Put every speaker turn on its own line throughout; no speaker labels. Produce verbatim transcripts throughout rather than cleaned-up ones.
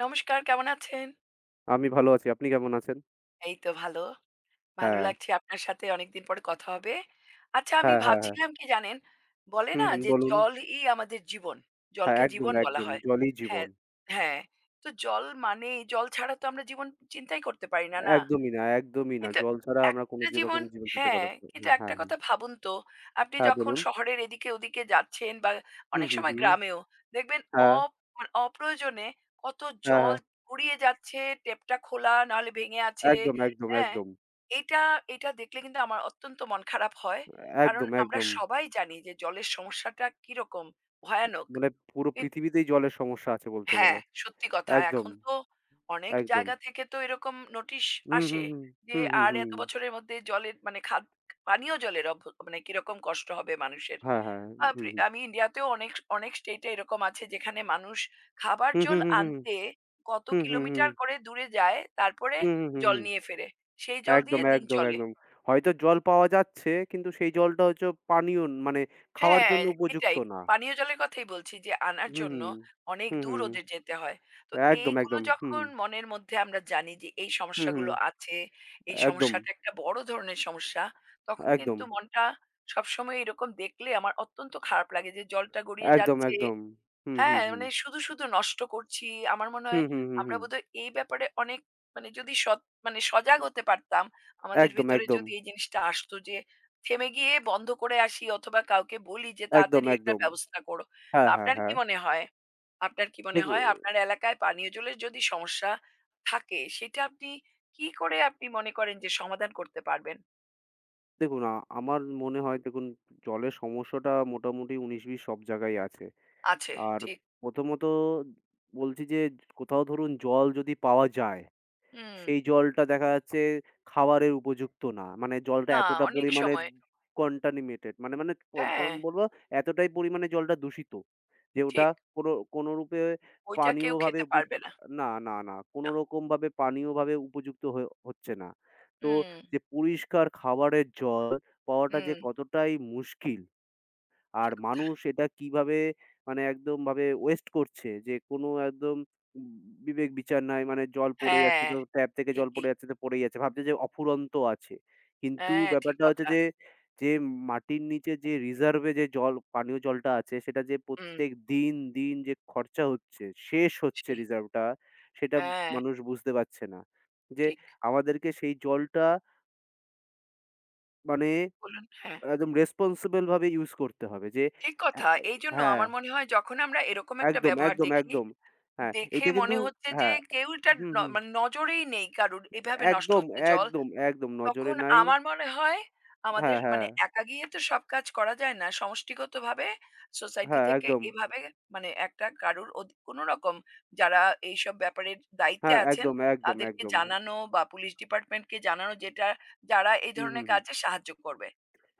নমস্কার, কেমন আছেন?
আমি ভালো আছি। আপনি কেমন আছেন?
এই তো ভালো। ভালো
হ্যাঁ,
লাগছে আপনার সাথে অনেকদিন পরে কথা হবে। আচ্ছা আমি
হ্যাঁ, হ্যাঁ, হ্যাঁ।
ভাবছিলাম কি জানেন, বলে
হুম,
না
হুম,
যে
বলুন।
জলই আমাদের জীবন।
হ্যাঁ,
জলকে
একদম,
জীবন বলা
একদম।
হয়।
জলই জীবন।
হ্যাঁ, হ্যাঁ। তো জল মানেই জল ছাড়া তো আমরা জীবন চিন্তাই করতে পারি না, না?
একদমই না, একদমই না।
কিন্তু
জল ছাড়া আমরা কোনো
একটা জীবন
যেরকম জীবন চিন্তা
হ্যাঁ,
করা
কিন্তু
হ্যাঁ,
একটা
হ্যাঁ, হ্যাঁ,
কথা ভাবুন তো, আপনি
হ্যাঁ,
যখন
বলুন।
শহরের এদিকে ওদিকে যাচ্ছেন বা
হুম,
অনেক
হুম,
সময়
হুম।
গ্রামেও দেখবেন
হ্যাঁ,
অপ মানে অপ্রয়োজনে কত
হ্যাঁ, হ্যাঁ।
জল গড়িয়ে যাচ্ছে, টেপটা খোলা নাহলে ভেঙে আছে,
একদম, একদম,
হ্যাঁ?
একদম।
এটা এটা দেখলে কিন্তু আমার অত্যন্ত মন খারাপ হয়। কারণ
একদম,
আমরা
একদম।
সবাই জানি যে জলের সমস্যাটা কিরকম ভয়ানক।
মানে পুরো
কিন্তু
পৃথিবীতেই জলের সমস্যা আছে বলতে
হ্যাঁ,
গেলে।
সত্যি কথা।
একদম,
এখন তো অনেক
একদম।
জায়গা থেকে তো এরকম নোটিশ
হুম,
আসে
হুম, হুম।
যে,
হুম, হুম,
আর
হুম।
এত বছরের মধ্যে জলের মানে খাদ পানীয় জলের অভ মানে কিরকম কষ্ট হবে মানুষের।
হ্যাঁ, হ্যাঁ। হুম,
আপনি
হুম।
আমি ইন্ডিয়াতেও অনেক অনেক স্টেটে এরকম আছে যেখানে মানুষ খাবার
হুম, হুম,
জল
হুম, হুম।
আনতে কত
হুম, হুম, হুম।
কিলোমিটার করে দূরে যায়, তারপরে
হুম, হুম, হুম। হুম, হুম,
জল
হুম।
নিয়ে ফেরে। সেই জল
একদম,
দিয়ে দিন
একদম,
চলে।
একদম। হয়তো জল পাওয়া যাচ্ছে কিন্তু সেই জলটা হচ্ছে পানীয় ন- মানে খাওয়ার
হ্যাঁ,
জন্য উপযুক্ত
এটাই।
না।
পানীয় জলের কথাই বলছি যে আনার
হুম,
জন্য
হুম।
অনেক
হুম,
দূর
হুম।
ওদের যেতে হয়। তো
একদম,
এইগুলো
একদম। হুম,
যখন মনের মধ্যে আমরা জানি যে এই
হুম, হুম,
সমস্যাগুলো আছে, এই
একদম,
সমস্যাটা একটা বড় ধরনের সমস্যা, তখন
একদম,
কিন্তু মনটা সবসময় এরকম দেখলে আমার অত্যন্ত খারাপ লাগে যে জলটা গড়িয়ে
একদম,
যাচ্ছে।
একদম। হুম, হুম,
হ্যাঁ,
হুম।
মানে শুধু, শুধু নষ্ট করছি। আমার মনে
হুম,
হয়
হুম, হুম,
আমরা
হুম।
বোধহয় এই ব্যাপারে অনেক মানে যদি সৎ মানে সজাগ হতে পারতাম, আমাদের
একদম,
ভেতরে
একদম,
যদি এই জিনিসটা আসতো যে থেমে গিয়ে বন্ধ করে আসি অথবা কাউকে বলি যে
একদম,
তাড়াতাড়ি একটা
একদম।
ব্যবস্থা করো। তো
হ্যাঁ, হ্যাঁ,
আপনার কি
হ্যাঁ।
মনে হয়? আপনার কি মনে
দেখু
হয় আপনার এলাকায় পানীয় জলের যদি সমস্যা থাকে সেটা আপনি কি করে আপনি মনে করেন যে সমাধান করতে পারবেন?
দেখুন আ আমার মনে হয় দেখুন জলের সমস্যাটা মোটামুটি ঊনিশ বিশ সব জায়গায় আছে।
আছে,
আর
ঠিক।
প্রথমত বলছি যে কোথাও ধরুন জল যদি পাওয়া যায়
হুম,
সেই জলটা দেখা যাচ্ছে খাওয়ারের উপযুক্ত না। মানে জলটা
না
এতটা
অনেক
পরিমাণে
সময়
contaminated মানে মানে ক
হ্যাঁ,
কম বলবো এতটাই পরিমাণে জলটা দূষিত যে ওটা
ঠিক।
কোনো কোনরূপে
ওইটা কেউ
পানীয়ভাবে
খেতে
উপয
পারবে না।
না, না, না।
না।
কোনোরকমভাবে পানীয়ভাবে উপযুক্ত হয়ে হচ্ছে না। তো
হুম।
যে পরিষ্কার খাবারের জল পাওয়াটা যে
হুম।
কতটাই মুশকিল আর মানুষ এটা কিভাবে মানে একদম ভাবে ওয়েস্ট করছে যে কোনো একদম উম বিবেক বিচার নাই। মানে জল পড়ে যাচ্ছে
হ্যাঁ,
তো ট্যাপ থেকে জল
ঠিকই।
পড়ে যাচ্ছে তো পড়েই যাচ্ছে। ভাবছে যে অফুরন্ত আছে। কিন্তু
হ্যাঁ, ঠিক
ব্যাপারটা হচ্ছে
কথা।
যে, যে মাটির নিচে যে রিজার্ভ এ যে জল পানীয় জলটা আছে সেটা যে
হুম,
প্রত্যেক দিন, দিন যে খরচা হচ্ছে, শেষ হচ্ছে
সেই।
রিজার্ভটা সেটা
হ্যাঁ,
মানুষ বুঝতে পারছে না। যে
ঠিক।
আমাদেরকে সেই জলটা মানে
বলুন, হ্যাঁ।
একদম রেসপনসিবল ভাবে ইউস করতে হবে। যে
ঠিক
অ্যা
কথা।
অ্যা
এইজন্য
হ্যাঁ।
আমার মনে হয় যখন আমরা এরকম একটা
একদম,
ব্যবহার
একদম,
দেখি,
একদম। হ্যাঁ,
দেখে
এইটা কিন্তু
মনে হচ্ছে যে
হ্যাঁ,
কেউ এটা
হুম,
ন
হুম।
মানে নজরেই নেই কারুর। এভাবে নষ্ট
একদম,
হচ্ছে জল।
একদম, একদম নজরে
তখন
নাই।
আমার মনে হয় আমাদের
হ্যাঁ,
মানে
হ্যাঁ,
একা গিয়ে তো সব কাজ করা যায় না। সমষ্টিগতভাবে সোসাইটি
হ্যাঁ,
থেকে
একদম।
এভাবে মানে একটা কারুর অধি কোনো রকম যারা এইসব ব্যাপারের দায়িত্বে
হ্যাঁ,
আছেন,
একদম, একদম,
তাদেরকে
একদম।
জানানো বা পুলিশ ডিপার্টমেন্টকে জানানো যেটা যারা এই
হুম, হুম,
ধরনের
হুম।
কাজে সাহায্য করবে।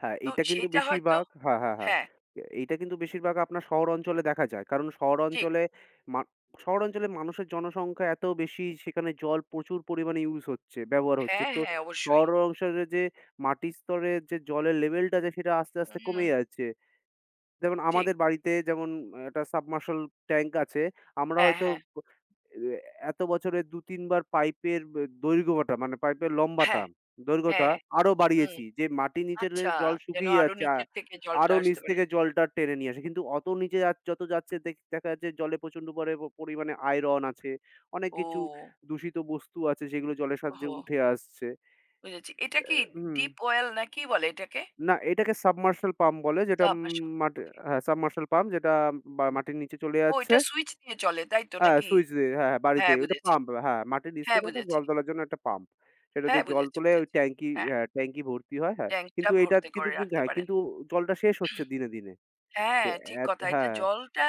হ্যাঁ,
তো
এইটা কিন্তু
সেইটা হয়তো
বেশিরভাগ হ্যাঁ, হ্যাঁ, হ্যাঁ।
হ্যাঁ,
এ এইটা কিন্তু বেশিরভাগ আপনার শহর অঞ্চলে দেখা যায়। কারণ শহর
ঠিক।
অঞ্চলে মা শহর অঞ্চলে মানুষের জনসংখ্যা এত বেশি, সেখানে জল প্রচুর পরিমাণে ইউজ হচ্ছে, ব্যবহার হচ্ছে।
হ্যাঁ,
তো
হ্যাঁ, অবশ্যই।
শহর অঞ্চলে যে মাটির স্তরে যে জলের লেভেলটা আছে, সেটা আস্তে, আস্তে
হুম,
কমে যাচ্ছে। যেমন
ঠিক।
আমাদের বাড়িতে যেমন একটা সাবমার্শাল ট্যাঙ্ক আছে। আমরা
হ্যাঁ,
হয়তো
হ্যাঁ,
এ এত বছরে দুই তিন বার পাইপের ব দৈর্ঘ্যটা মানে পাইপের লম্বাটা,
হ্যাঁ, হ্যাঁ,
দৈর্ঘ্যটা
হ্যাঁ,
আরো
হুম।
বাড়িয়েছি। যে মাটির নিচে যে
আচ্ছা,
জল
যেন
শুকিয়ে
আরো
যাচ্ছে আ
নিচের থেকে জলটা
আরো নিচ
আসতে পারে।
থেকে জলটা টেনে নিয়ে আসে। কিন্তু অত নিচে যা যত যাচ্ছে দেখ দেখা যাচ্ছে জলে প্রচণ্ড পরে পরিমাণে আয়রন আছে। অনেক কিছু
ও,
দূষিত বস্তু আছে যেগুলো জলের সাহায্যে
ওহো!
উঠে আসছে।
বুঝেছি। এটা কি
হুম।
ডিপ ওয়েল না কি বলে এটাকে?
না, এটাকে সাবমার্শাল পাম্প বলে যেটা উম
তাপ আস
মাটি
ওকে।
হ্যাঁ, সাবমার্শাল পাম্প যেটা বা
হুম।
মাটির নিচে চলে
ও
যাচ্ছে।
এটা সুইচ নিয়ে চলে তাই তো
হ্যাঁ,
নাকি?
সুইচ দিয়ে হ্যাঁ, হ্যাঁ, বাড়িতে
হ্যাঁ
ওটা
বুঝেছি,
পাম্প হ্যাঁ, মাটির নিচ
হ্যাঁ
থেকে ওটা
বুঝেছি,
জল তোলার জন্য একটা পাম্প। সেটা
হ্যাঁ
দিয়ে জল
বুঝেছি,
তুলে ওই
বুঝেছি।
ট্যাঙ্কি
হ্যাঁ,
হ্যাঁ, ট্যাঙ্কি ভর্তি হয়, হ্যাঁ।
ট্যাংকটা
কিন্তু এটা
ভর্তি
কিন্তু
করে
কিন্তু
রাখতে
হ্যাঁ,
পারেন।
কিন্তু জলটা শেষ হচ্ছে দিনে, দিনে। যে
হ্যাঁ, ঠিক
এত
কথা। এটা
হ্যাঁ,
জলটা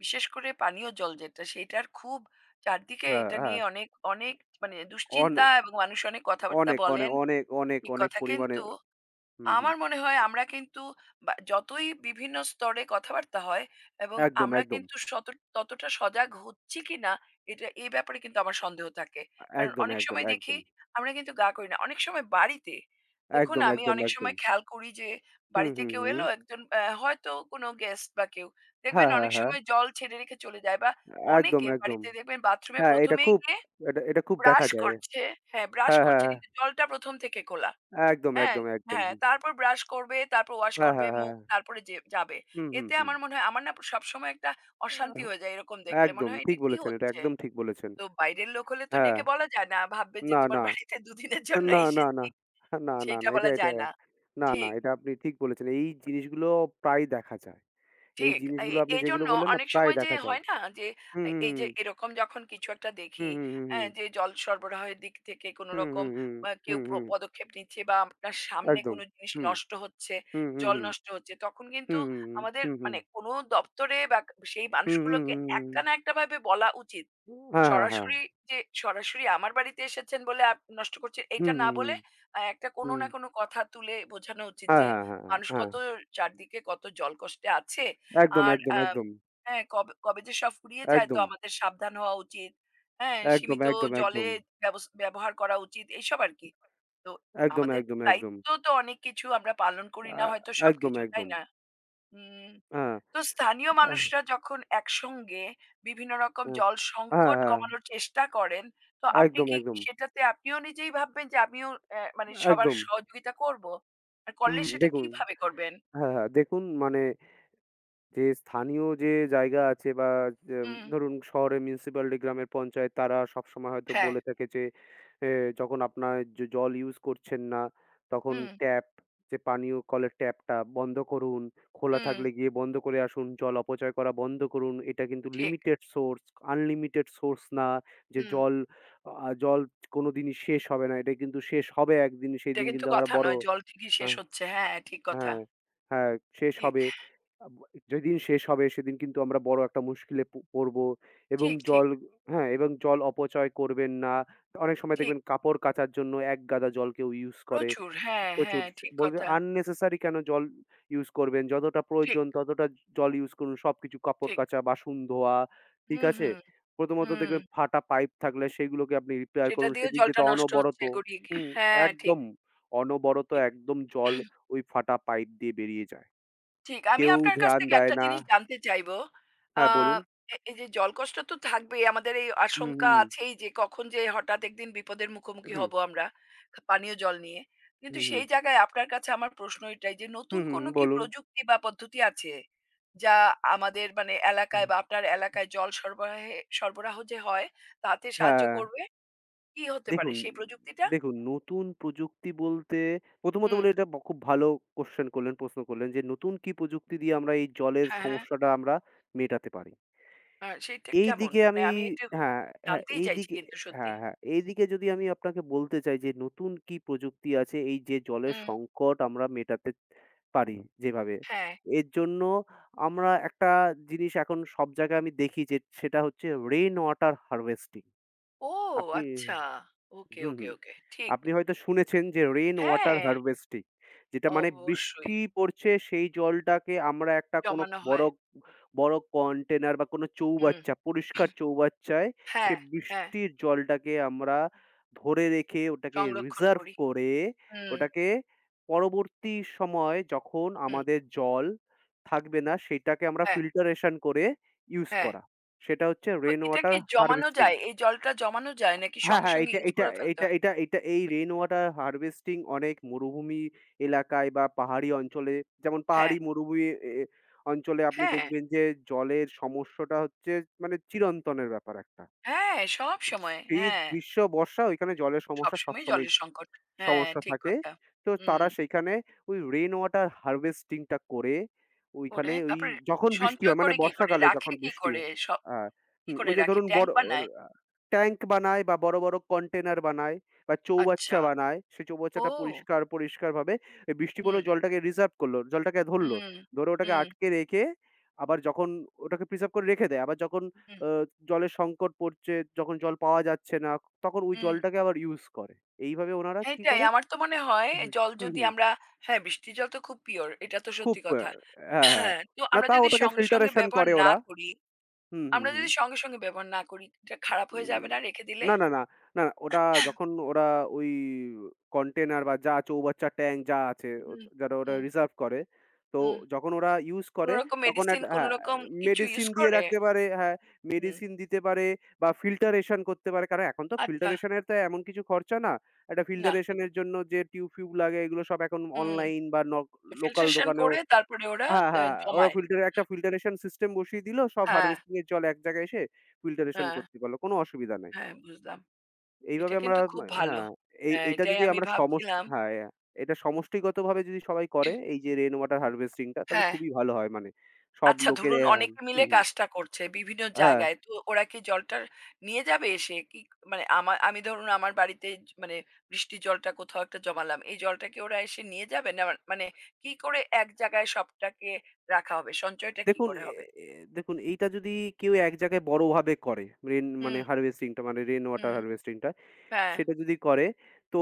বিশেষ করে পানীয় জল যেটা সেটার খুব চারদিকে
হ্যাঁ,
এটা
হ্যাঁ।
নিয়ে অনেক, অনেক মানে
অনে
দুশ্চিন্তা এবং মানুষ অনেক কথাবার্তা
অনেক, অনে
বলেন।
অনেক, অনেক,
ঠিক
অনেক
কথা
পরিমাণে
কিন্তু
হুম, হুম।
আমার মনে হয় আমরা কিন্তু বা যতই বিভিন্ন স্তরে কথাবার্তা হয় এবং
একদম,
আমরা
একদম।
কিন্তু সত ততটা সজাগ হচ্ছি কিনা এটা এই ব্যাপারে কিন্তু আমার সন্দেহ থাকে। কারণ
একদম,
অনেক
একদম,
সময় দেখি
একদম।
আমরা কিন্তু গা করি না। অনেক সময় বাড়িতে দেখুন
একদম,
আমি
একদম,
অনেক
একদম।
সময় খেয়াল করি যে
হুম,
বাড়িতে
হুম,
কেউ
হুম।
এলো একজন অ্যা হয়তো কোনো গেস্ট বা কেউ।
হ্যাঁ,
দেখবেন
হ্যাঁ,
অনেক
হ্যাঁ।
সময় জল ছেড়ে রেখে চলে যায় বা
একদম,
অনেকে
একদম।
বাড়িতে দেখবেন বাথরুমে
হ্যাঁ,
১ম
এটা
এই
খুব
গিয়ে
এটা এটা খুব দেখা
ব্রাশ
যায়।
করছে হ্যাঁ, ব্রাশ
হ্যাঁ, হ্যাঁ,
করছে
হ্যাঁ।
কিন্তু জলটা ১ম থেকে খোলা।
একদম,
হ্যাঁ,
একদম, একদম।
হ্যাঁ।
হুম।
তারপর ব্রাশ করবে, তারপর ওয়াশ
হ্যাঁ,
করবে
হ্যাঁ, হ্যাঁ।
মুখ,
হ্যাঁ।
তারপরে যে যাবে।
হুম, হুম,
এতে
হুম।
আমার মনে হয় আমার না সবসময় একটা অশান্তি হয়ে যায় এরকম
আ
দেখলে।
একদম
মনে হয়
ঠিক
এটা কি
বলেছেন, এটা
হচ্ছে?
একদম ঠিক বলেছেন।
তো বাইরের লোক হলে তো
হ্যাঁ।
ডেকে বলা যায় না। ভাববে যে
না,
তোমার
না।
বাড়িতে দুদিনের জন্য
না, না, না।
এসেছি,
না, না,
সেইটা
না। এটা
বলা
এটা
যায় না।
না, না।
ঠিক।
এটা আপনি ঠিক বলেছেন। এই জিনিসগুলো প্রায় দেখা যায়। এই
ঠিক। এ-
জিনিসগুলো
এই
আপনি যেগুলো
এইজন্য
বললেন না
অনেক
প্রায়
সময় যে
দেখা যায়।
হয় না যে
হুম,
এ
হুম,
এই যে
হুম।
এরকম যখন কিছু একটা
হুম,
দেখি
হুম, হুম,
অ্যা
হুম।
যে জল সরবরাহের দিক থেকে কোনো
হুম,
রকম
হুম,
আ কেউ
হুম,
প্র
হুম।
পদক্ষেপ নিচ্ছে বা আপনার সামনে
একদম।
কোনো জিনিস
হুম,
নষ্ট হচ্ছে,
হুম, হুম,
জল
হুম।
নষ্ট হচ্ছে তখন কিন্তু
হুম, হুম, হুম।
আমাদের
হুম, হুম।
মানে কোনো দপ্তরে বা সেই
হুম, হুম,
মানুষগুলোকে
হুম। হুম।
একটা না একটা ভাবে বলা উচিত।
হ্যাঁ, হ্যাঁ, হ্যাঁ।
সরাসরি যে সরাসরি আমার বাড়িতে এসেছেন বলে আপ নষ্ট করছেন
হুম,
এটা না
হুম, হুম।
বলে আ একটা কোনো
হুম।
না কোনো কথা তুলে বোঝানো উচিত
হ্যাঁ,
যে
হ্যাঁ, হ্যাঁ, হ্যাঁ,
মানুষ
হ্যাঁ।
কত চারদিকে কত জল কষ্টে আছে।
একদম,
আর
একদম,
আ
একদম।
হ্যাঁ, কবে, কবে যে সব ফুরিয়ে যায় তো
একদম,
আমাদের সাবধান হওয়া উচিত। হ্যাঁ,
একদম,
সীমিত
একদম, একদম।
জলে ব্যবস ব্যবহার করা উচিত এইসব আরকি। তো
একদম,
আমাদের
একদম, একদম।
দায়িত্ব তো অনেক কিছু আমরা পালন করি
আ
না হয়তো
একদম,
সবকিছু, তাই
একদম।
না? হুম,
হ্যাঁ,
তো স্থানীয়
এহ
মানুষরা যখন একসঙ্গে বিভিন্ন রকম
এহ
জল
হ্যাঁ,
সংকট
হ্যাঁ।
কমানোর চেষ্টা করেন, তো আপনি
একদম,
কি
একদম।
সেটাতে আপনিও নিজেই ভাববেন যে আমিও অ্যা মানে সবার
একদম।
সহযোগিতা করব? আর
হুম,
করলে সেটা
দেখুন
কিভাবে করবেন?
হ্যাঁ, হ্যাঁ। দেখুন মানে যে স্থানীয় যে জায়গা আছে বা যেম
হুম,
ধরুন শহরে মিউনিসিপ্যালিটি, গ্রামের পঞ্চায়েত তারা সবসময় হয়তো
হ্যাঁ,
বলে থাকে যে, এ যখন আপনার জ জল ইউজ করছেন না, তখন
হুম,
ট্যাপ যে পানীয় কলের ট্যাপটা বন্ধ করুন। খোলা
হুম,
থাকলে গিয়ে বন্ধ করে আসুন। জল অপচয় করা বন্ধ করুন। এটা কিন্তু
ঠিক।
লিমিটেড সোর্স, আনলিমিটেড সোর্স না যে
হুম,
জল আ জল কোনদিনই শেষ হবে না। এটা কিন্তু শেষ হবে একদিন।
এটা
সেদিন
কিন্তু
কিন্তু আমরা
কথা
বড়
নয়। জল ঠিকই শেষ
হ্যাঁ।
হচ্ছে। হ্যাঁ, হ্যাঁ, ঠিক কথা।
হ্যাঁ, হ্যাঁ, শেষ
ঠিক,
হবে। আব যেদিন শেষ হবে সেদিন কিন্তু আমরা বড় একটা মুশকিলে প পড়বো এবং
ঠিক, ঠিক,
জল হ্যাঁ, এবং জল অপচয় করবেন না। অনেক সময়
ঠিক।
দেখবেন কাপড় কাচার জন্য এক গাদা জল কেউ ইউজ করে।
প্রচুর।
সে
হ্যাঁ,
প্রচুর
হ্যাঁ,
সে
ঠিক
বলবে
কথা।
unnecessary কেন জল ইউজ করবেন? যতটা
ঠিক,
প্রয়োজন ততটা জল ইউজ করুন। সবকিছু কাপড়
ঠিক।
কাচা, বাসন ধোয়া, ঠিক
হুম,
আছে?
হুম,
প্রথমত
হুম।
দেখবেন ফাটা পাইপ থাকলে সেগুলোকে আপনি রিপেয়ার
সেটা
করুন।
দিয়েও
সেদিক দিয়ে
জলটা
তো
নষ্ট
অনবরত
হচ্ছে গড়িয়ে গিয়ে।
হুম,
হ্যাঁ, ঠিক,
একদম অনবরত
ঠিক।
একদম জল ওই ফাটা পাইপ দিয়ে বেরিয়ে যায়।
ঠিক। আমি
কেউ
আপনার কাছ
ধ্যান
থেকে
দেয়
একটা
না
জিনিস জানতে চাইবো। আ
হ্যাঁ, বলুন।
এ এই যে জল কষ্ট তো থাকবেই। আমাদের এই
হুম,
আশঙ্কা
হুম,
আছেই যে কখন যে হঠাৎ একদিন বিপদের মুখোমুখি
হুম,
হব আমরা খা- পানীয় জল নিয়ে। কিন্তু
হুম, হুম,
সেই জায়গায় আপনার কাছে আমার প্রশ্ন এটাই যে নতুন
হুম, হুম,
কোনো কি
বলুন।
প্রযুক্তি বা পদ্ধতি আছে? যা আমাদের মানে এলাকায় বা আপনার এলাকায় জল সরবরাহে সরবরাহ যে হয় তাতে সাহায্য
হ্যাঁ,
করবে? কি হতে পারে
দেখুন,
সেই প্রযুক্তিটা?
দেখুন নতুন প্রযুক্তি বলতে প্রথমত
হুম।
বলি এটা ব খুব ভালো কোয়েশ্চেন করলেন, প্রশ্ন করলেন যে নতুন কি প্রযুক্তি দিয়ে আমরা এই জলের
হ্যাঁ, হ্যাঁ।
সমস্যাটা আমরা মেটাতে পারি?
আ সেইটা কেমন?
এইদিকে
মানে
আমি
আমি একটু
হ্যাঁ, হ্যাঁ,
জানতেই চাইছি
এইদিকে
কিন্তু সত্যি।
হ্যাঁ, হ্যাঁ, এইদিকে যদি আমি আপনাকে বলতে চাই যে নতুন কি প্রযুক্তি আছে এই যে জলের
হুম।
সংকট আমরা মেটাতে পারি যেভাবে।
হ্যাঁ।
এর জন্য আমরা একটা জিনিস এখন সব জায়গায় আমি দেখি যে সেটা হচ্ছে রেইন ওয়াটার হারভেস্টিং।
ও
আপনি
আচ্ছা। ওকে,
হুম,
ওকে,
হুম।
ওকে। ঠিক।
আপনি হয়তো শুনেছেন যে রেইন ওয়াটার
হ্যাঁ,
হারভেস্টিং যেটা মানে
অবশ্যই
বৃষ্টি পড়ছে সেই জলটাকে আমরা একটা কোনো
জমানো
বড়
হয়।
বড় কন্টেনার বা কোনো
হুম।
চৌবাচ্চা পরিষ্কার চৌবাচ্চায়
হ্যাঁ,
সেই
হ্যাঁ।
বৃষ্টির জলটাকে আমরা ধরে রেখে ওটাকে
সংরক্ষণ
রিজার্ভ
করি।
করে
হুম,
ওটাকে পরবর্তী সময় যখন
হুম।
আমাদের জল থাকবে না সেটাকে আমরা
হ্যাঁ,
ফিল্টারেশন করে ইউজ
হ্যাঁ।
করা সেটা হচ্ছে
তো
রেইন
এটা
ওয়াটার
কি জমানো
হারভেস্টিং
যায়? এই জলটা জমানো যায় নাকি
হ্যাঁ,
সঙ্গে,
হ্যাঁ,
সঙ্গে
এটা
ইউজ
এটা
করে ফেলতে
এটা
হয়?
এটা এটা এই রেইন ওয়াটার হারভেস্টিং অনেক মরুভূমি এলাকায় বা পাহাড়ি অঞ্চলে যেমন
হ্যাঁ,
পাহাড়ি মরুভূমি এ এ অঞ্চলে আপনি
হ্যাঁ,
দেখবেন যে জলের সমস্যাটা হচ্ছে মানে চিরন্তনের ব্যাপার একটা।
হ্যাঁ, সবসময়।
শীত,
হ্যাঁ,
গ্রীষ্ম, বর্ষা ওইখানে জলের সমস্যা
সবসময়ই
সবসময়ই
জলের সংকট। হ্যাঁ,
সমস্যা
ঠিক
থাকে।
কথা।
তো তারা
হুম।
সেইখানে ওই রেইন ওয়াটার হারভেস্টিং টা করে
করে
ওইখানে ওই
তারপরে
যখন বৃষ্টি
সঞ্চয়
হয় মানে
করে কি করে?
বর্ষাকালে
রাখে
যখন
কি
বৃষ্টি
করে?
হয়
স
আ
কি
হুম,
করে
ওই যে
রাখে?
ধরুন
ট্যাংক
বড় ওর
বানায়?
আ ট্যাংক বানায় বা বড়, বড় কন্টেইনার বানায় বা চৌবাচ্চা
আচ্ছা।
বানায়। সেই চৌবাচ্চাটা
ও!
পরিষ্কার, পরিষ্কারভাবে এই বৃষ্টি পড়লো
হুম।
জলটাকে রিজার্ভ করলো, জলটাকে ধরলো।
হুম,
ধরে ওটাকে
হুম,
আটকে রেখে আবার যখন ওটাকে প্রিজার্ভ করে রেখে দেয়। আবার যখন
হুম,
আ জলের সংকট পড়ছে, যখন জল পাওয়া যাচ্ছে না, তখন ওই
হুম।
জলটাকে আবার ইউস করে। এইভাবে ওনারা কি
এইটাই
করে
আমার তো মনে হয়
হুম।
জল
হুম,
যদি
হুম।
আমরা হ্যাঁ, বৃষ্টির জল তো খুব পিওর এটা তো
খুব
সত্যি
আ
কথা।
হ্যাঁ, হ্যাঁ।
হ্যাঁ, তো
না
আমরা
তাও
যদি
ওটাকে
সঙ্গে, সঙ্গে
ফিল্টারেশন
ব্যবহার
করে
না
ওরা।
করি,
হুম, হুম,
আমরা
হুম।
যদি সঙ্গে, সঙ্গে ব্যবহার না করি এটা খারাপ হয়ে
উম
যাবে না রেখে দিলে?
না, না, না, না, না, ওটা যখন ওরা ওই কন্টেইনার বা যা চৌবাচ্চা ট্যাংক যা আছে
হুম,
ও যারা ওরা
হুম,
রিজার্ভ করে, তো
হুম।
যখন ওরা ইউস
কোন
করে
রকম
তখন
মেডিসিন
একটা
কোন
হ্যাঁ,
রকম কিছু
মেডিসিন
ইউস
দিয়ে
করে?
রাখতে পারে হ্যাঁ,
হুম।
মেডিসিন দিতে পারে বা ফিল্টারেশন করতে পারে। কারণ এখন তো
আচ্ছা,
ফিল্টারেশন এর তো এমন কিছু খরচা না। একটা
না।
ফিল্টারেশন এর
বুঝেছি।
জন্য যে টিউব-ফিউব লাগে এগুলো সব এখন
হুম।
অনলাইন বা নক লোকাল
ফিল্ট্রেশন
দোকানেও
করে তারপরে ওরা আ
হ্যাঁ, হ্যাঁ। ওরা
জমায়।
ফিল্টার একটা ফিল্টারেশন সিস্টেম বসিয়ে দিল। সব
হ্যাঁ,
হারভেস্টিং এর জল এক জায়গায় এসে ফিল্টারেশন
হ্যাঁ,
করতে পারল। কোনো অসুবিধা নাই।
হ্যাঁ বুঝলাম।
এইভাবে
এটা
আমরা
কিন্তু
মা
খুব ভালো।
হ্যাঁ, এই
হ্যাঁ,
এইটা
এটাই
যদি
আমি
আমরা সমষ্ট
ভাবছিলাম
হ্যাঁ, অ্যা এটা সমষ্টিগতভাবে যদি সবাই করে এই যে রেইন ওয়াটার হারভেস্টিং টা তাহলে
হ্যাঁ।
খুবই ভালো হয় মানে। সব
আচ্ছা
লোকের
ধরুন
অ্যা
অনেকে মিলে
হুম, হুম।
কাজটা করছে বিভিন্ন
হ্যাঁ,
জায়গায়। তো ওরা কি জলটা নিয়ে যাবে এসে? কি মানে আমা আমি ধরুন আমার বাড়িতে জ মানে বৃষ্টির জলটা কোথাও একটা জমালাম। এই জলটা কি ওরা এসে নিয়ে যাবে? না মানে মানে কি করে এক জায়গায় সবটাকে রাখা হবে? সঞ্চয়টা কি
দেখুন
করে
এ
হবে?
এ দেখুন এইটা যদি কেউ এক জায়গায় বড়ভাবে করে রেইন মানে
হুম,
হারভেস্টিং টা মানে রেইন ওয়াটার
হুম।
হারভেস্টিং টা
হ্যাঁ,
সেটা যদি করে, তো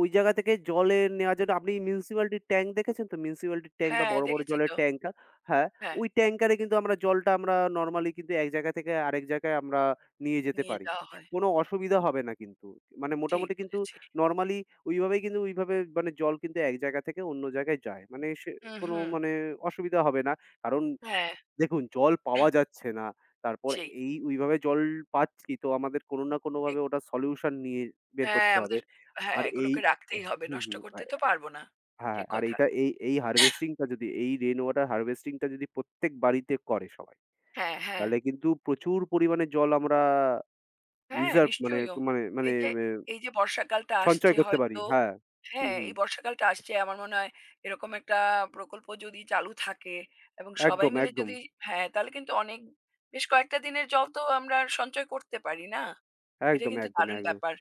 ওই জায়গা থেকে জলের নেওয়ার জন্য আপনি মিউনিসিপ্যালিটির ট্যাঙ্ক দেখেছেন তো? মিউনিসিপ্যালিটির ট্যাঙ্ক বা
হ্যাঁ
বড়, বড়
দেখেছি
জলের
তো।
ট্যাঙ্কার হ্যাঁ,
হ্যাঁ,
ওই ট্যাঙ্কারে কিন্তু আমরা জলটা আমরা নরমালি কিন্তু এক জায়গা থেকে আরেক জায়গায় আমরা নিয়ে যেতে
নিয়ে
পারি।
যাওয়া হয়।
কোনো অসুবিধা হবে না কিন্তু। মানে
ঠিক
মোটামুটি কিন্তু
বলেছি।
নরমালি ওইভাবেই কিন্তু ওইভাবে মানে জল কিন্তু এক জায়গা থেকে অন্য জায়গায় যায়। মানে সে
হুম,
কোনো
হুম।
মানে অসুবিধা হবে না। কারণ
হ্যাঁ,
দেখুন জল পাওয়া যাচ্ছে না। তারপর
সেই
এই ওইভাবে জল পাচ্ছি তো আমাদের কোনো না কোনোভাবে
ঠিক।
ওটার সলিউশন নিয়ে বের
হ্যাঁ,
করতে হবে।
আমাদের হ্যাঁ,
আর এই
এগুলোকে রাখতেই হবে।
হুম,
নষ্ট
হুম। আ
করতে তো পারব না।
হ্যাঁ, হ্যাঁ,
ঠিক
আর
কথা।
এইটা এই এই হারভেস্টিং টা যদি এই রেইন ওয়াটার হারভেস্টিং টা যদি প্রত্যেক বাড়িতে করে সবাই,
হ্যাঁ, হ্যাঁ।
তাহলে কিন্তু প্রচুর পরিমাণে জল আমরা
হ্যাঁ,
রিজার্ভ মানে
নিশ্চয়ইও।
মানে মানে
এই যে
এ
এই যে বর্ষাকালটা
সঞ্চয়
আসছে
করতে পারি।
হয়তো
হ্যাঁ। হুম,
হ্যাঁ,
হুম।
এই বর্ষাকালটা আসছে আমার মনে হয় এরকম একটা প্রকল্প যদি চালু থাকে এবং সবাই
একদম,
মিলে
একদম।
যদি হ্যাঁ, তাহলে কিন্তু অনেক বেশ কয়েকটা দিনের জল তো আমরা সঞ্চয় করতে পারি, না? এটা
একদম,
কিন্তু
একদম,
দারুণ
একদম।
ব্যাপার।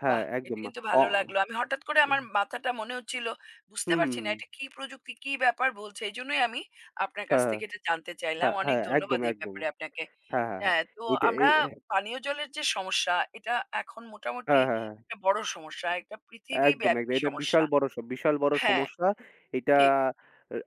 হ্যাঁ,
বাহ! এটা
একদম।
কিন্তু
অ
ভালো লাগলো। আমি হঠাৎ করে
হুম,
আমার
হুম।
মাথাটা মনে হচ্ছিল, বুঝতে
হুম,
পারছি না এটা কি প্রযুক্তি, কি ব্যাপার বলছে। এজন্যই আমি আপনার কাছ
হ্যাঁ,
থেকে এটা জানতে চাইলাম।
হ্যাঁ,
অনেক
হ্যাঁ, একদম,
ধন্যবাদ এই
একদম।
ব্যাপারে আপনাকে।
হ্যাঁ, হ্যাঁ, হ্যাঁ।
হ্যাঁ, তো
এটা
আমরা
এই এ
পানীয় জলের যে সমস্যা, এটা এখন মোটামুটি
হ্যাঁ, হ্যাঁ, হ্যাঁ।
একটা বড় সমস্যা। একটা
একদম,
পৃথিবীব্যাপী
একদম। এটা বিশাল
সমস্যা।
বড় স বিশাল বড়
হ্যাঁ,
সমস্যা। এটা
ঠিক।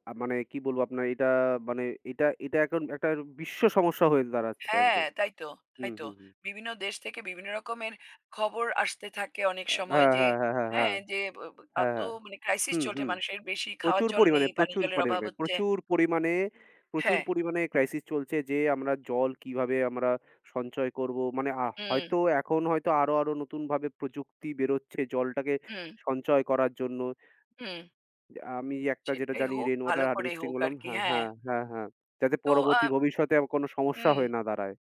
আ মানে কি বলবো আপনার এটা মানে এটা এটা এখন একটা বিশ্ব সমস্যা হয়ে দাঁড়াচ্ছে
হ্যাঁ,
একদম।
তাই তো, তাই
হুম,
তো।
হুম, হুম।
বিভিন্ন দেশ থেকে বিভিন্ন রকমের খবর আসতে থাকে অনেক
আ
সময়
হ্যাঁ,
যে
হ্যাঁ, হ্যাঁ, হ্যাঁ, হ্যাঁ, হ্যাঁ,
হ্যাঁ, যে ব ব
হ্যাঁ।
এত
হ্যাঁ।
মানে ক্রাইসিস
হুম,
চলছে
হুম।
মানুষের বেশি খাওয়ার
প্রচুর
জল
পরিমাণে,
নেই, পানি
প্রচুর
জলের অভাব
পরিমাণে,
হচ্ছে।
প্রচুর পরিমাণে, প্রচুর
হ্যাঁ,
পরিমাণে ক্রাইসিস চলছে যে আমরা জল কিভাবে আমরা সঞ্চয় করব। মানে আ
হুম,
হয়তো এখন হয়তো আরো, আরো নতুনভাবে প্রযুক্তি বেরোচ্ছে জলটাকে
হুম,
সঞ্চয় করার জন্য।
হুম।
আমি একটা যেটা
সেটাই
জানি
হোক,
রেইন ওয়াটার
ভালো করে
হারভেস্টিং
হোক
বললাম
আরকি।
হ্যাঁ,
হ্যাঁ,
হ্যাঁ, হ্যাঁ, হ্যাঁ। যাতে
তো আ
পরবর্তী ভবিষ্যতে আর কোনো সমস্যা
হুম,
হয়ে না দাঁড়ায়।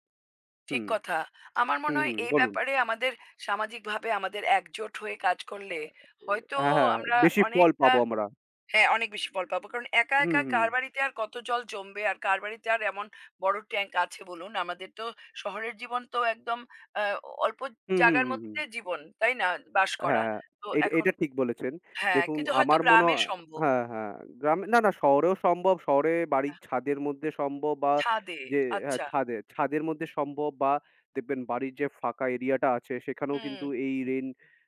ঠিক
হুম,
কথা। আমার
হুম,
মনে হয়
হুম
এই
বলুন।
ব্যাপারে আমাদের সামাজিকভাবে আমাদের একজোট হয়ে কাজ করলে হয়তো
হ্যাঁ, হ্যাঁ,
আমরা
বেশি ফল
অনেকটা
পাবো আমরা।
হ্যাঁ, অনেক বেশি ফল পাবো। কারণ একা,
হুম,
একা
হুম,
কার বাড়িতে আর কত জল জমবে? আর কার বাড়িতে আর এমন বড় ট্যাঙ্ক আছে বলুন? আমাদের তো শহরের জীবন তো একদম আ অল্প
হুম, হুম,
জায়গার
হুম, হুম।
মধ্যে জীবন, তাই না? বাস করা।
হ্যাঁ,
তো
এ
এখন
এটা ঠিক বলেছেন।
হ্যাঁ,
দেখুন
কিন্তু হয়তো
আমার মনে
গ্রামে
হয়
সম্ভব।
হ্যাঁ, হ্যাঁ, গ্রামে না, না শহরেও সম্ভব। শহরে বাড়ির
আহ
ছাদের মধ্যে সম্ভব বা
ছাদে,
যে হ্যাঁ,
আচ্ছা।
ছাদে ছাদের মধ্যে সম্ভব বা দেখবেন বাড়ির যে ফাঁকা এরিয়াটা আছে সেখানেও
হুম,
কিন্তু এই rain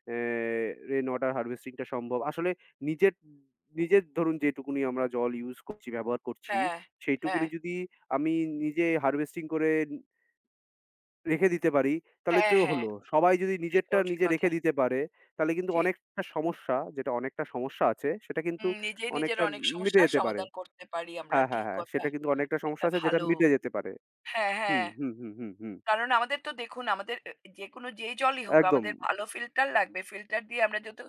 uh rain water harvesting টা সম্ভব। আসলে নিজের নিজের ধরুন যেটুকুনি আমরা জল ইউস করছি, ব্যবহার করছি
হ্যাঁ,
সেইটুকুনি
হ্যাঁ,
যদি আমি নিজে হারভেস্টিং করে রেখে দিতে পারি, তাহলে
হ্যাঁ,
তো
হ্যাঁ,
হলো। সবাই যদি নিজেরটা
এটাও ঠিক
নিজে
কথা।
রেখে দিতে পারে, তাহলে কিন্তু
ঠিক।
অনেকটা সমস্যা, যেটা অনেকটা সমস্যা আছে, সেটা কিন্তু
হুম, নিজেই নিজের
অনেকটা
অনেক
মিটে
সমস্যার
যেতে পারে।
সমাধান করতে পারি আমরা।
হ্যাঁ, হ্যাঁ,
ঠিক
হ্যাঁ।
কথা।
সেটা কিন্তু অনেকটা
এটা
সমস্যা আছে যেটা
ভালো।
মিটে যেতে পারে।
হ্যাঁ,
হুম,
হ্যাঁ।
হুম, হুম, হুম, হুম।
কারণ আমাদের তো দেখুন আমাদের এ যেকোনো যেই জলই হোক
একদম।
আমাদের ভালো ফিল্টার লাগবে। ফিল্টার দিয়ে আমরা যেহেতু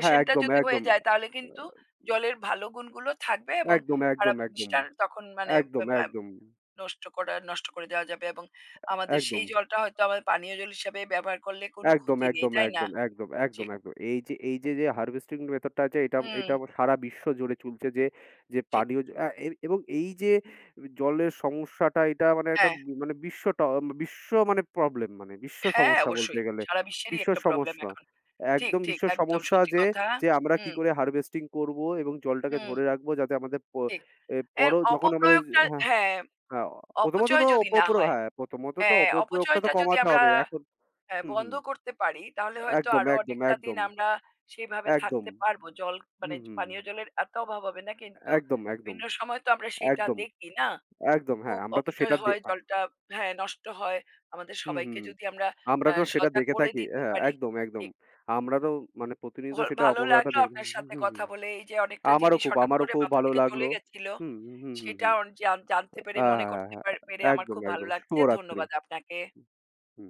হ্যাঁ,
টা
একদম,
যদি হয়ে
একদম।
যায়
আহ,
তাহলে কিন্তু জলের ভালো গুণগুলো থাকবে এবং
একদম, একদম,
খারাপ
একদম।
জিনিসটা তখন মানে
একদম,
বা বা
একদম।
নষ্ট করা নষ্ট করে দেওয়া যাবে এবং আমাদের
একদম।
সেই জলটা হয়তো আমাদের পানীয় জল হিসাবে ব্যবহার করলে কোনো
একদম,
ক্ষতি নেই,
একদম,
তাই না?
একদম, একদম, একদম,
ঠিক।
একদম। এই যে এই যে, যে হারভেস্টিং মেথড টা আছে এটা
হুম,
এটা সারা বিশ্ব জুড়ে চলছে যে, যে
ঠিক।
পানীয় জ আ এ এবং এই যে জলের সমস্যাটা এটা মানে একটা
হ্যাঁ,
বি- মানে বিশ্ব ট বিশ্ব মানে প্রবলেম মানে বিশ্ব
হ্যাঁ,
সমস্যা বলতে
অবশ্যই।
গেলে।
সারা বিশ্বেরই
বিশ্ব
একটা প্রবলেম
সমস্যা।
এখন। ঠিক,
একদম
ঠিক
বিশ্ব
একদম
সমস্যা
সত্যি
যে,
কথা।
যে আমরা কি
হুম,
করে হারভেস্টিং করব এবং জলটাকে
হুম,
ধরে রাখবো যাতে আমাদের প
ঠিক।
এ
এর
পরও যখন আমাদের
অপপ্রয়োগটা
হ্যাঁ,
হ্যাঁ।
হ্যাঁ, প্রথমত
অপচয়
তো
যদি না
অপপ্র
হয়
হ্যাঁ, প্রথমত তো
হ্যাঁ,
অপপ্রয়োগটা তো
অপচয়টা যদি
কমাতে
আমরা
হবে। এখন
অ্যা
হুম,
বন্ধ
হুম।
করতে পারি, তাহলে হয়তো
একদম,
আরো
একদম,
অনেকটা দিন
একদম,
আমরা সেইভাবে
একদম।
থাকতে পারবো। জল মানে
হুম, হুম, হুম।
পানীয় জলের এত অভাব হবে না। কিন্তু
একদম, একদম,
বিভিন্ন সময় তো আমরা সেইটা
একদম,
দেখি না?
একদম। হ্যাঁ,
খুব
আমরা তো
অপচয়
সেটা দে
হয়,
আ
জলটা হ্যাঁ, নষ্ট হয়। আমাদের
হুম, হুম।
সবাইকে
হুম,
যদি আমরা
আমরা
অ্যা
তো সেটা
সজাগ
দেখে
করে
থাকি।
দিতে
হ্যাঁ,
পারি।
একদম, একদম।
ঠিক
আমরা তো মানে
ভ
প্রতিনিয়ত সেটা
ভালো
অপব্যবহারটা
লাগলো
দেখে
আপনার
থাকি। হুম,
সাথে
হুম,
কথা
হুম।
বলে। এই যে অনেকটা
আমারও
জিনিস
খুব,
হঠাৎ
আমারও
করে
খুব
মাথা
ভালো
থেকে চলে
লাগলো।
গেছিল,
হুম, হুম, হুম, হুম,
সেটা
হুম।
অন জান জানতে
আ
পেরে
হ্যাঁ,
মনে
হ্যাঁ,
করতে
হ্যাঁ।
পার পেরে আমার
একদম,
খুব ভালো
একদম।
লাগছে।
শুভরাত্রি।
ধন্যবাদ আপনাকে।
হুম।